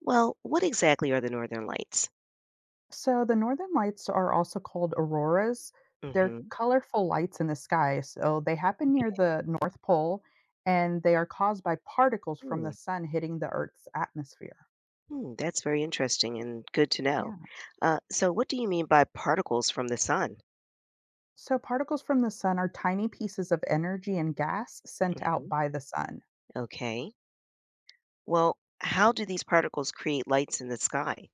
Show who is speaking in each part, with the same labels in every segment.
Speaker 1: Well, what exactly are the Northern Lights?
Speaker 2: So the northern lights are also called auroras. They're
Speaker 1: Hmm.
Speaker 2: colorful lights in the sky. So they happen near the North Pole and they are caused by particles from
Speaker 1: Hmm.
Speaker 2: the sun hitting the Earth's atmosphere.
Speaker 1: Hmm, that's very interesting and good to know.
Speaker 2: Yeah.
Speaker 1: So, what do you mean by particles from the sun?
Speaker 2: So particles from the sun are tiny pieces of energy and gas sent out
Speaker 1: Hmm.
Speaker 2: by the sun.
Speaker 1: Okay. Well, how do these particles create lights in the sky?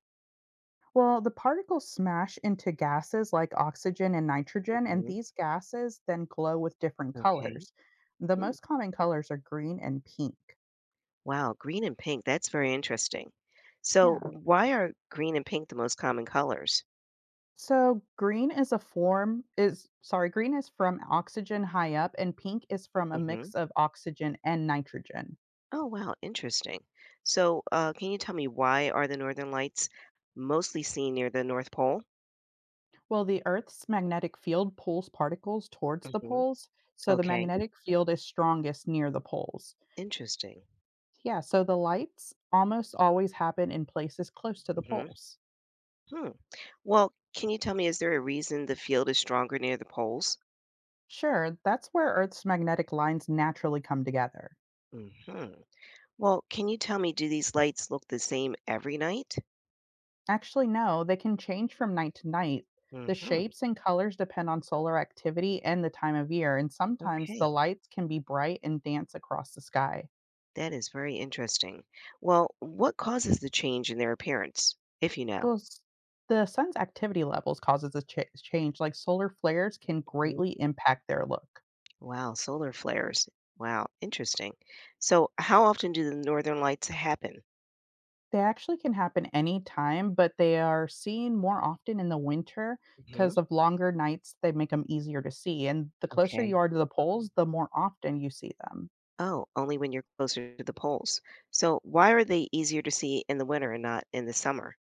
Speaker 2: Well, the particles smash into gases like oxygen and nitrogen, and
Speaker 1: Hmm.
Speaker 2: these gases then glow with different
Speaker 1: Okay.
Speaker 2: colors. The
Speaker 1: Hmm.
Speaker 2: most common colors are green and pink.
Speaker 1: Wow, green and pink. That's very interesting. So,
Speaker 2: Yeah.
Speaker 1: why are green and pink the most common colors?
Speaker 2: So green is a form is sorry, Green is from oxygen high up and pink is from a mix
Speaker 1: Hmm.
Speaker 2: of oxygen and nitrogen.
Speaker 1: Oh, wow, interesting. So, can you tell me, why are the Northern Lights mostly seen near the North Pole?
Speaker 2: Well, the Earth's magnetic field pulls particles towards the
Speaker 1: Hmm.
Speaker 2: poles, so the
Speaker 1: Okay.
Speaker 2: magnetic field is strongest near the poles.
Speaker 1: Interesting.
Speaker 2: Yeah, so the lights almost always happen in places close to the
Speaker 1: Mhm.
Speaker 2: poles.
Speaker 1: Hmm. Well, can you tell me, is there a reason the field is stronger near the poles?
Speaker 2: Sure, that's where Earth's magnetic lines naturally come together.
Speaker 1: Hmm. Well, can you tell me, do these lights look the same every night?
Speaker 2: Actually, no, they can change from night to night. The
Speaker 1: Hmm.
Speaker 2: shapes and colors depend on solar activity and the time of year, and sometimes
Speaker 1: Okay,
Speaker 2: the lights can be bright and dance across the sky.
Speaker 1: that is very interesting. Well, what causes the change in their appearance, if you know?
Speaker 2: Those, the sun's activity levels causes a change, like solar flares can
Speaker 1: Hmm.
Speaker 2: greatly impact their look.
Speaker 1: Wow, solar flares. Wow, interesting. So, how often do the northern lights happen?
Speaker 2: They actually can happen any time, but they are seen more often in the winter
Speaker 1: Hmm.
Speaker 2: because of longer nights. They make them easier to see, and the closer
Speaker 1: Okay.
Speaker 2: you are to the poles, the more often you see them.
Speaker 1: Oh, only when you're closer to the poles. So, why are they easier to see in the winter and not in the summer?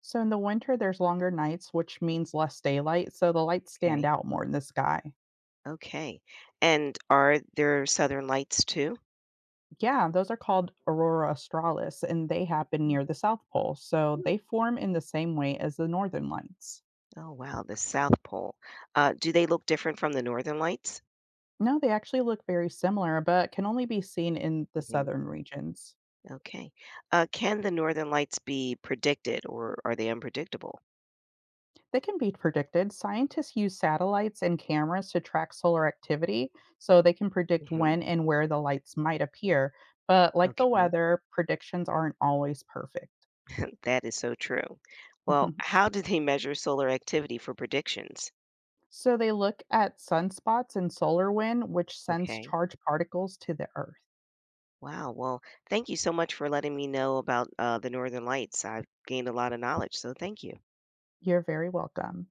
Speaker 2: So in the winter, there's longer nights, which means less daylight, so the lights stand
Speaker 1: Okay,
Speaker 2: out more in the sky.
Speaker 1: okay. And are there southern lights too?
Speaker 2: Yeah, those are called aurora australis, and they happen
Speaker 1: Mm.
Speaker 2: near the South Pole, so
Speaker 1: Hmm.
Speaker 2: they form in the same way as the northern lights.
Speaker 1: Oh, wow, the South Pole. Do they look different from the northern lights?
Speaker 2: No, they actually look very similar, but can only be seen in the
Speaker 1: Mhm.
Speaker 2: southern regions.
Speaker 1: Okay. Can the northern lights be predicted, or are they unpredictable?
Speaker 2: They can be predicted. Scientists use satellites and cameras to track solar activity, so they can predict
Speaker 1: Mhm.
Speaker 2: when and where the lights might appear. But like the
Speaker 1: Okay,
Speaker 2: weather, predictions aren't always perfect.
Speaker 1: that is so true. Well, how do they measure solar activity for predictions?
Speaker 2: So they look at sunspots and solar wind, which sends
Speaker 1: Okay.
Speaker 2: charged particles to the Earth.
Speaker 1: Wow. Well, thank you so much for letting me know about the northern lights. I've gained a lot of knowledge, so thank you.
Speaker 2: You're very welcome.